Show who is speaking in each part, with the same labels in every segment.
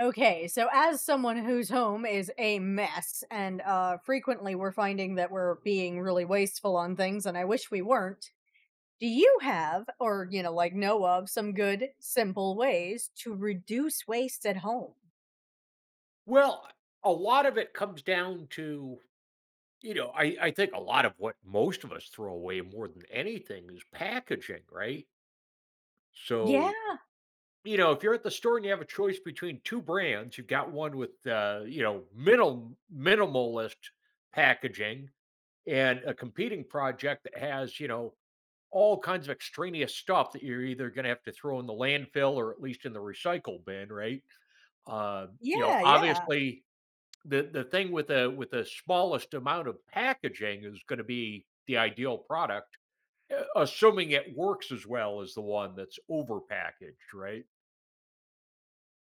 Speaker 1: Okay, so as someone whose home is a mess, and frequently we're finding that we're being really wasteful on things, and I wish we weren't. Do you have, or like know of, some good simple ways to reduce waste at home?
Speaker 2: Well, a lot of it comes down to, you know, I think a lot of what most of us throw away more than anything is packaging, right? So,
Speaker 1: Yeah,
Speaker 2: you know, if you're at the store and you have a choice between two brands, you've got one with, you know, minimalist packaging and a competing project that has, you know, all kinds of extraneous stuff that you're either going to have to throw in the landfill or at least in the recycle bin, right? Uh, you know,
Speaker 1: yeah, yeah.
Speaker 2: obviously, the thing with the smallest amount of packaging is going to be the ideal product, assuming it works as well as the one that's overpackaged, right?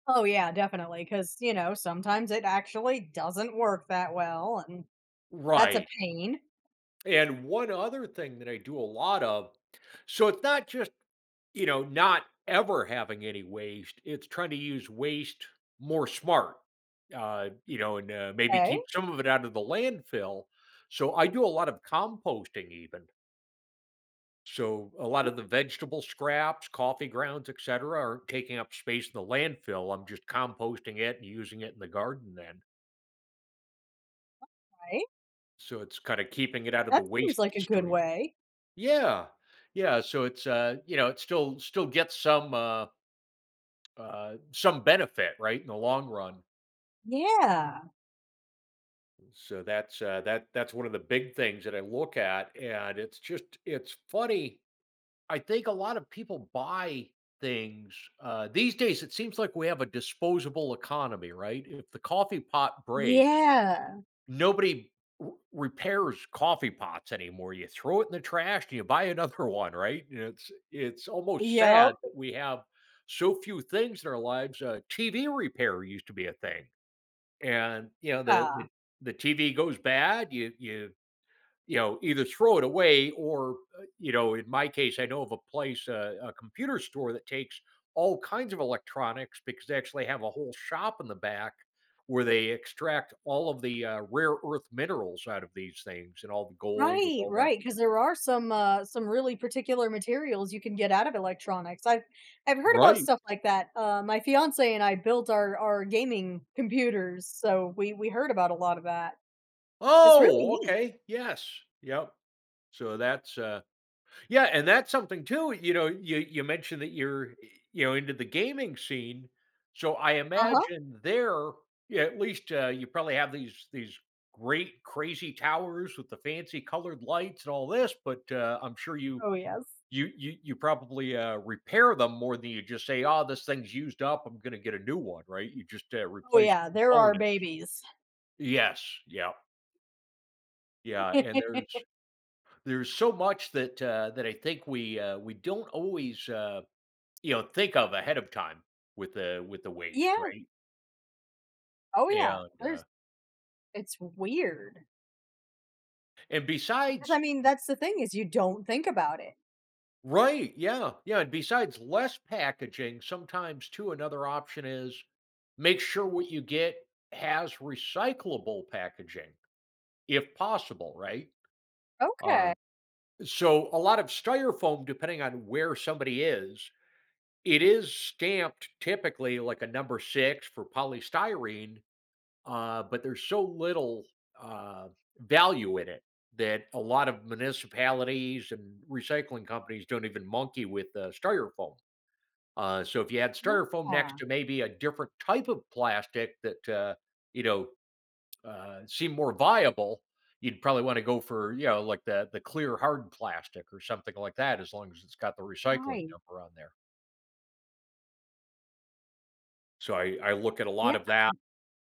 Speaker 1: Oh, yeah, definitely. Because sometimes it actually doesn't work that well, and that's a
Speaker 2: Right,
Speaker 1: pain.
Speaker 2: and one other thing that I do a lot of, so it's not just, you know, not ever having any waste, it's trying to use waste more smart, you know, and maybe
Speaker 1: Okay,
Speaker 2: keep some of it out of the landfill. So I do a lot of composting even. So a lot of the
Speaker 1: all
Speaker 2: vegetable scraps, coffee grounds, et cetera, aren't taking up space in the landfill. I'm just composting it and using it in the garden then.
Speaker 1: right,
Speaker 2: So it's kind of keeping it out of the
Speaker 1: that seems
Speaker 2: waste
Speaker 1: like a good
Speaker 2: stream.
Speaker 1: way.
Speaker 2: Yeah. Yeah. So it's you know, it still gets some benefit, right, in the long run.
Speaker 1: Yeah,
Speaker 2: So that's that's one of the big things that I look at. And it's just it's funny, I think a lot of people buy things. These days, it seems like we have a disposable economy, right? If the coffee pot breaks,
Speaker 1: yeah,
Speaker 2: nobody repairs coffee pots anymore. You throw it in the trash and you buy another one, right? And it's almost sad
Speaker 1: yup.
Speaker 2: that we have so few things in our lives. TV repair used to be a thing, and you know
Speaker 1: Ah.
Speaker 2: the TV goes bad. You know, either throw it away or, you know, in my case, I know of a place, a computer store that takes all kinds of electronics because they actually have a whole shop in the back where they extract all of the, rare earth minerals out of these things and all the gold and
Speaker 1: Right,
Speaker 2: all the,
Speaker 1: right, because there are some really particular materials you can get out of electronics. I've heard about
Speaker 2: right,
Speaker 1: stuff like that. My fiancé and I built our gaming computers, so we heard about a lot of that. That's really
Speaker 2: oh,
Speaker 1: neat.
Speaker 2: okay, yes, yep. So that's uh, yeah, and that's something too, you know, you mentioned that you're, you know, into the gaming scene, so I
Speaker 1: Uh-huh.
Speaker 2: imagine there, yeah, at least, you probably have these great crazy towers with the fancy colored lights and all this, but, I'm sure you
Speaker 1: Oh, yes.
Speaker 2: you you you probably, repair them more than you just say, "Oh, this thing's used up, I'm gonna get a new one," right? You just,
Speaker 1: Oh,
Speaker 2: replace
Speaker 1: yeah, there are
Speaker 2: components.
Speaker 1: babies.
Speaker 2: Yes, yeah, yeah, and there's so much that, that I think we don't always, uh, you know, think of ahead of time with the waste,
Speaker 1: Yeah.
Speaker 2: right?
Speaker 1: Oh, yeah.
Speaker 2: And, uh
Speaker 1: There's it's weird.
Speaker 2: and
Speaker 1: 'Cause, I
Speaker 2: besides
Speaker 1: mean, that's the thing is you don't think about it.
Speaker 2: Right, yeah, yeah, and besides less packaging, sometimes too, another option is make sure what you get has recyclable packaging, if possible, right? Uh,
Speaker 1: Okay.
Speaker 2: so a lot of styrofoam, depending on where somebody is, it is stamped typically like a number 6 for polystyrene, but there's so little uh, value in it that a lot of municipalities and recycling companies don't even monkey with, styrofoam. So if you had styrofoam next
Speaker 1: Yeah.
Speaker 2: to maybe a different type of plastic that, you know, seemed more viable, you'd probably want to go for, you know, like the clear hard plastic or something like that, as long as it's got the recycling
Speaker 1: Right.
Speaker 2: number on there. So I look at a
Speaker 1: Yeah.
Speaker 2: lot of that.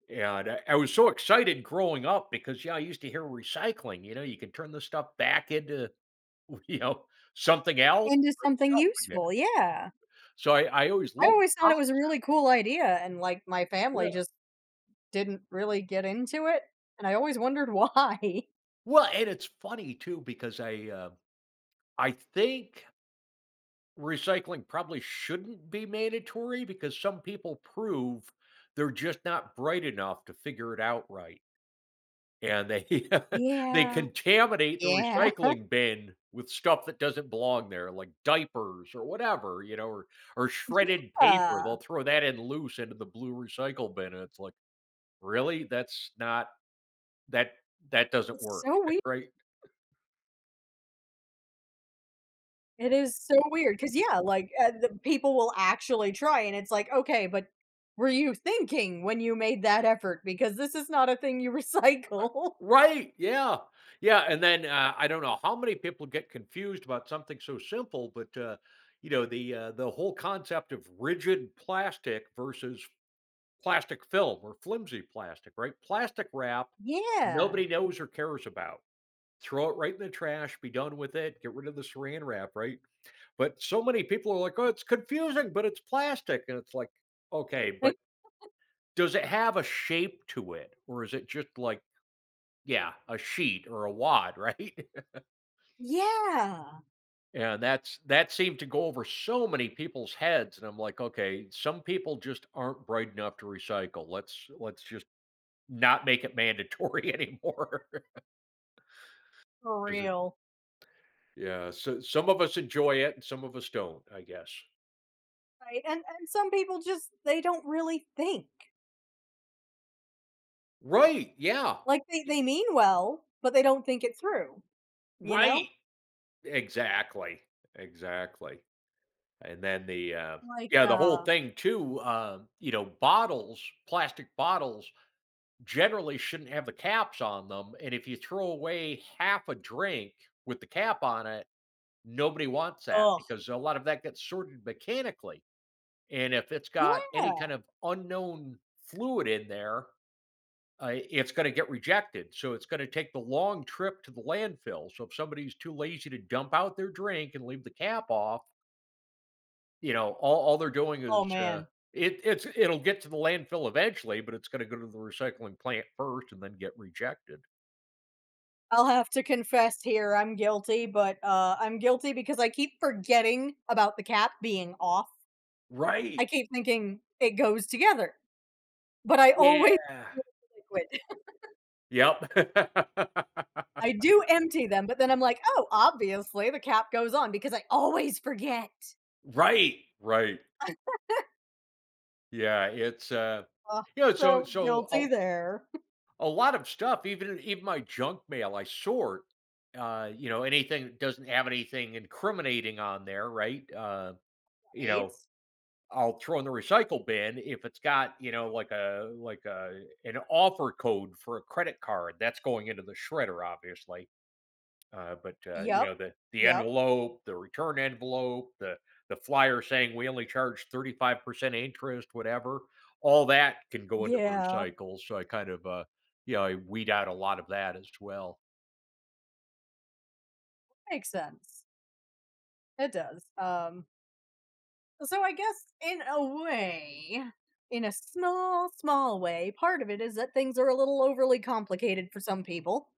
Speaker 2: Yeah, and I was so excited growing up because, yeah, I used to hear recycling, you know, you can turn this stuff back into, you know, something else.
Speaker 1: Into something useful, yeah.
Speaker 2: So I always
Speaker 1: I
Speaker 2: loved the
Speaker 1: always thought
Speaker 2: con—
Speaker 1: it was a really cool idea, and, like, my family
Speaker 2: yeah.
Speaker 1: just didn't really get into it, and I always wondered why.
Speaker 2: Well, and it's funny too because I, I think recycling probably shouldn't be mandatory because some people prove they're just not bright enough to figure it out, right. And they they
Speaker 1: Yeah.
Speaker 2: contaminate the
Speaker 1: Yeah.
Speaker 2: recycling bin with stuff that doesn't belong there, like diapers or whatever, you know, or shredded paper.
Speaker 1: Yeah.
Speaker 2: They'll throw that in loose into the blue recycle bin, and it's like, really? That's not that that doesn't
Speaker 1: It's
Speaker 2: work,
Speaker 1: so weird.
Speaker 2: right?
Speaker 1: It is so weird because yeah, like, the people will actually try, and it's like, "Okay, but were you thinking when you made that effort? Because this is not a thing you recycle."
Speaker 2: Right. Yeah. Yeah. And then, I don't know how many people get confused about something so simple, but, you know the whole concept of rigid plastic versus plastic film or flimsy plastic, right? Plastic wrap
Speaker 1: Yeah.
Speaker 2: nobody knows or cares about. Throw it right in the trash, be done with it, get rid of the saran wrap, right? But so many people are like, oh, it's confusing, but it's plastic. And it's like, okay, but does it have a shape to it? Or is it just like, yeah, a sheet or a wad, right?
Speaker 1: Yeah.
Speaker 2: And that seemed to go over so many people's heads. And I'm like, okay, some people just aren't bright enough to recycle. Let's just not make it mandatory anymore.
Speaker 1: For
Speaker 2: 'Cause it,
Speaker 1: real.
Speaker 2: yeah, so some of us enjoy it and some of us don't, I guess.
Speaker 1: Right, and some people just they don't really think.
Speaker 2: Right, yeah.
Speaker 1: Like,
Speaker 2: Y-
Speaker 1: they mean well, but they don't think it through, you know?
Speaker 2: right, exactly, exactly, and then
Speaker 1: Like,
Speaker 2: yeah, the whole
Speaker 1: uh
Speaker 2: thing too, you know, bottles, plastic bottles generally shouldn't have the caps on them, and if you throw away half a drink with the cap on it, nobody wants that
Speaker 1: ugh,
Speaker 2: because a lot of that gets sorted mechanically, and if it's got any
Speaker 1: yeah.
Speaker 2: kind of unknown fluid in there, uh, it's gonna get rejected, so it's gonna take the long trip to the landfill, so if somebody's too lazy to dump out their drink and leave the cap off, you know, all they're doing
Speaker 1: Oh,
Speaker 2: is, uh,
Speaker 1: man.
Speaker 2: it's it'll get to the landfill eventually, but it's gonna go to the recycling plant first and then get rejected.
Speaker 1: I'll have to confess here, I'm guilty, but, I'm guilty because I keep forgetting about the cap being off. I
Speaker 2: Right.
Speaker 1: keep thinking it goes together, but I always
Speaker 2: Yeah.
Speaker 1: throw the liquid.
Speaker 2: Yep.
Speaker 1: I do empty them, but then I'm like, "Oh, obviously the cap goes on," because I always forget.
Speaker 2: Right, right. Yeah, it's, uh,
Speaker 1: Ugh,
Speaker 2: you know, so
Speaker 1: so
Speaker 2: so
Speaker 1: guilty
Speaker 2: a—
Speaker 1: there.
Speaker 2: a lot of stuff, even my junk mail I sort, you know, anything that doesn't have anything incriminating on there, right? You
Speaker 1: Right?
Speaker 2: know, I'll throw in the recycle bin if it's got, you know, like a an offer code for a credit card, that's going into the shredder, obviously. But you
Speaker 1: Yep.
Speaker 2: know the
Speaker 1: Yep.
Speaker 2: envelope, the return envelope, the flyer saying we only charge 35% interest, whatever, all that can go into the
Speaker 1: Yeah.
Speaker 2: recycle. So I kind of, uh, you know, I weed out a lot of that as well.
Speaker 1: Makes sense. It does. So I guess in a way, in a small, small way, part of it is that things are a little overly complicated for some people.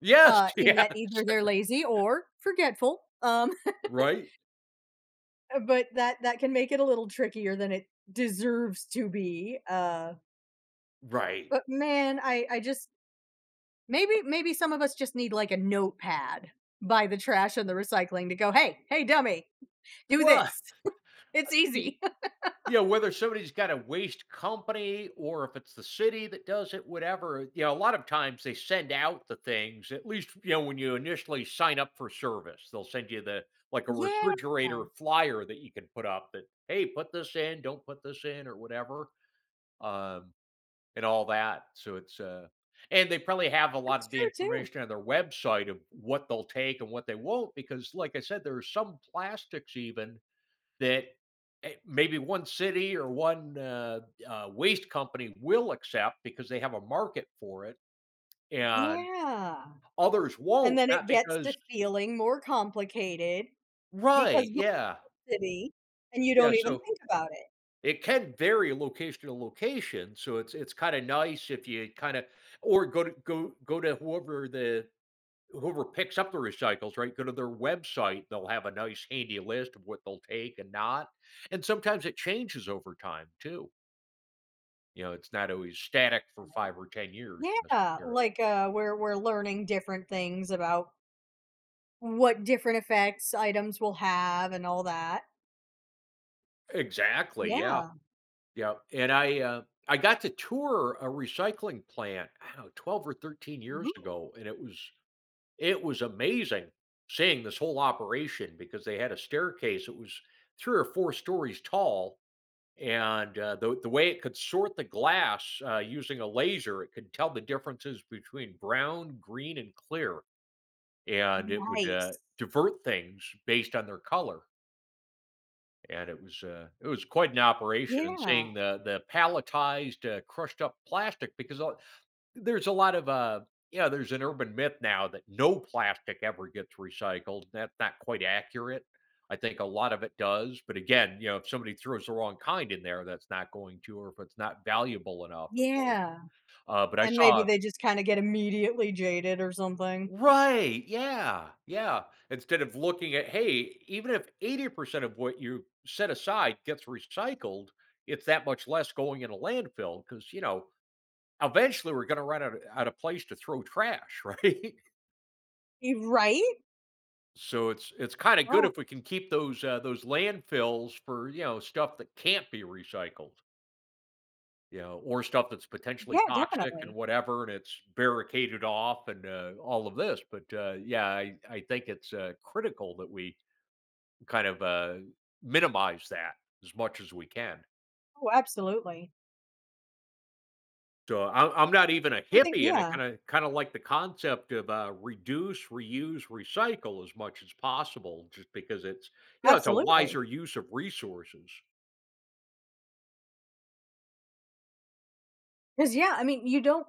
Speaker 2: Yes,
Speaker 1: In
Speaker 2: yeah,
Speaker 1: that either they're lazy or forgetful.
Speaker 2: right,
Speaker 1: But that can make it a little trickier than it deserves to be.
Speaker 2: right.
Speaker 1: But man, I just maybe some of us just need like a notepad by the trash and the recycling to go, hey, hey, dummy, do
Speaker 2: Well,
Speaker 1: this. It's
Speaker 2: y-
Speaker 1: easy.
Speaker 2: yeah, whether somebody's got a waste company or if it's the city that does it, whatever, you know, a lot of times they send out the things, at least, you know, when you initially sign up for service, they'll send you the, like a
Speaker 1: yeah,
Speaker 2: refrigerator flyer that you can put up that, hey, put this in, don't put this in, or whatever, um, and all that. So it's, and they probably have a lot
Speaker 1: that's
Speaker 2: of the
Speaker 1: true too.
Speaker 2: information on their website of what they'll take and what they won't, because, like I said, there are some plastics even that, eh, maybe one city or one, waste company will accept because they have a market for it, and
Speaker 1: Yeah,
Speaker 2: others
Speaker 1: and
Speaker 2: won't,
Speaker 1: then it
Speaker 2: not
Speaker 1: gets to
Speaker 2: because—
Speaker 1: feeling more complicated because
Speaker 2: right, yeah.
Speaker 1: city, and you
Speaker 2: Yeah,
Speaker 1: don't even
Speaker 2: so
Speaker 1: think about it,
Speaker 2: it can vary location to location, so it's kinda nice if you kinda, or go to go to whoever the— whoever picks up the recycles, right? Go to their website, they'll have a nice handy list of what they'll take and not, and sometimes it changes over time too. You know, it's not always static for
Speaker 1: right?
Speaker 2: 5 or 10 years
Speaker 1: Yeah,
Speaker 2: necessarily.
Speaker 1: like, we're learning different things about what different effects items will have and all that.
Speaker 2: Exactly, yeah,
Speaker 1: Yeah.
Speaker 2: yeah, and I got to tour a recycling plant, I don't know, 12 or 13 years
Speaker 1: Mhm.
Speaker 2: ago, and it was— it was amazing seeing this whole operation because they had a staircase. It was 3 or 4 stories tall, and, the way it could sort the glass, using a laser, it could tell the differences between brown, green, and clear, and it would,
Speaker 1: Nice.
Speaker 2: divert things based on their color. And it was, it was quite an operation. And
Speaker 1: Yeah,
Speaker 2: seeing the palletized, crushed up plastic because there's a lot of, yeah, there's an urban myth now that no plastic ever gets recycled. That's not quite accurate. I think a lot of it does, but again, you know, if somebody throws the wrong kind in there, that's not going to, or if it's not valuable enough, it won't.
Speaker 1: yeah,
Speaker 2: But I
Speaker 1: and maybe
Speaker 2: saw—
Speaker 1: they just kinda get immediately jaded or something.
Speaker 2: right, yeah, yeah. Instead of looking at, hey, even if 80% of what you set aside gets recycled, it's that much less going in a landfill because, you know, eventually we're going to run out of place to throw trash, right?
Speaker 1: Y right?
Speaker 2: So it's kind of good
Speaker 1: Oh,
Speaker 2: if we can keep those, those landfills for, you know, stuff that can't be recycled, you know, or stuff that's potentially
Speaker 1: yeah,
Speaker 2: toxic and
Speaker 1: definitely.
Speaker 2: whatever, and it's barricaded off and, all of this. But, yeah, I think it's, critical that we kind of, minimize that as much as we can.
Speaker 1: Oh, absolutely.
Speaker 2: So I'm not even a
Speaker 1: I think
Speaker 2: hippie, and I
Speaker 1: yeah,
Speaker 2: kinda like the concept of, reduce, reuse, recycle as much as possible just because it's, you know, it's a
Speaker 1: absolutely.
Speaker 2: wiser use of resources.
Speaker 1: Because yeah, I mean, you don't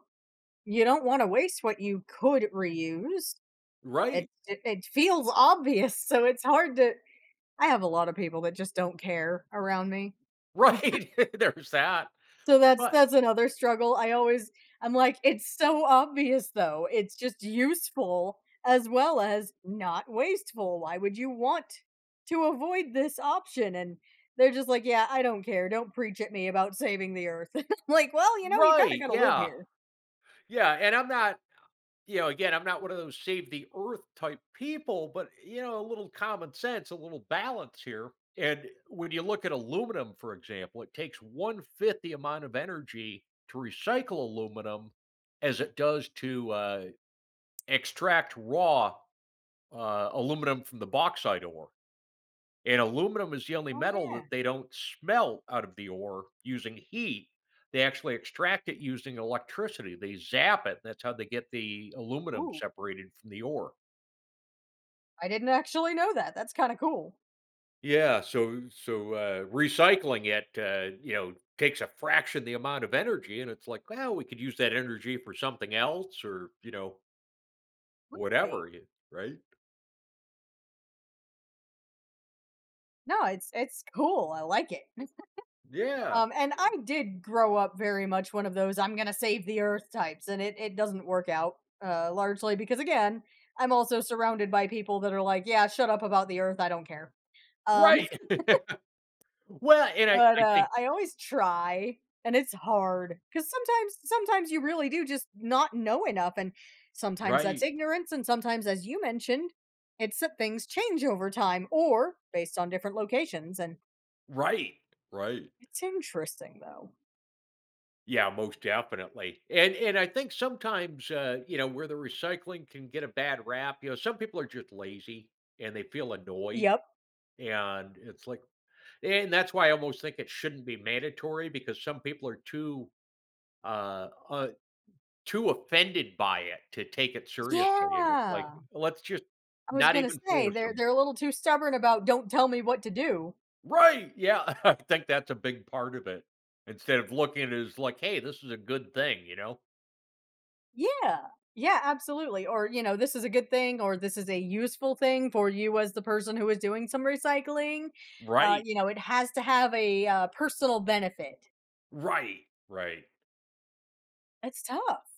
Speaker 1: You don't wanna waste what you could reuse. It
Speaker 2: Right,
Speaker 1: it it feels obvious, so it's hard to I have a lot of people that just don't care around me.
Speaker 2: right, there's that.
Speaker 1: So
Speaker 2: Right,
Speaker 1: that's another struggle. I always I'm like, "It's so obvious though. It's just useful as well as not wasteful. Why would you want to avoid this option?" And they're just like, "Yeah, I don't care. Don't preach at me about saving the earth." I'm like, "Well, you know, you kinda
Speaker 2: right,
Speaker 1: gotta live
Speaker 2: yeah,
Speaker 1: here."
Speaker 2: yeah, and I'm not, you know, again, I'm not one of those save the earth type people, but you know, a little common sense, a little balance here. And when you look at aluminum, for example, it takes one fifth the amount of energy to recycle aluminum as it does to, extract raw, aluminum from the bauxite ore. And aluminum is the only
Speaker 1: "Oh,
Speaker 2: metal
Speaker 1: yeah.
Speaker 2: that they don't smelt out of the ore using heat. They actually extract it using electricity. They zap it. That's how they get the aluminum
Speaker 1: Ooh,
Speaker 2: separated from the ore.
Speaker 1: I didn't actually know that. That's kinda cool."
Speaker 2: Yeah, so so, recycling it, you know, takes a fraction the amount of energy, and it's like, well, we could use that energy for something else, or you know,
Speaker 1: I
Speaker 2: whatever, right?
Speaker 1: no, it's cool, I like it.
Speaker 2: Yeah,
Speaker 1: And I did grow up very much one of those "I'm gonna save the earth" types, and it doesn't work out, largely because, again, I'm also surrounded by people that are like, "Yeah, shut up about the earth, I don't care." Um,
Speaker 2: right. Well, and I,
Speaker 1: but,
Speaker 2: I think
Speaker 1: I always try, and it's hard because sometimes you really do just not know enough, and sometimes that's
Speaker 2: right,
Speaker 1: ignorance, and sometimes, as you mentioned, it's that things change over time or based on different locations, and
Speaker 2: right, right.
Speaker 1: it's interesting though.
Speaker 2: Yeah, most definitely. And I think sometimes, you know, where the recycling can get a bad rap, you know, some people are just lazy and they feel annoyed.
Speaker 1: Yep.
Speaker 2: And it's like, and that's why I almost think it shouldn't be mandatory because some people are too, uh, uh too offended by it to take it seriously. And it's like,
Speaker 1: Yeah.
Speaker 2: let's just
Speaker 1: I was
Speaker 2: not
Speaker 1: gonna
Speaker 2: even
Speaker 1: say
Speaker 2: force them.
Speaker 1: they're a little too stubborn about don't tell me what to do.
Speaker 2: Right. Yeah. I think that's a big part of it. Instead of looking at it as like, hey, this is a good thing, you know?
Speaker 1: Yeah. Yeah, absolutely. Or, you know, this is a good thing or this is a useful thing for you as the person who is doing some recycling.
Speaker 2: Right.
Speaker 1: You know, it has to have a personal benefit.
Speaker 2: Right. Right.
Speaker 1: It's tough.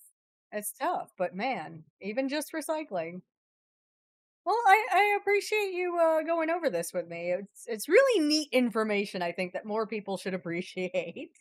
Speaker 1: It's tough, but man, even just recycling. Well, I appreciate you going over this with me. It's really neat information. I think that more people should appreciate.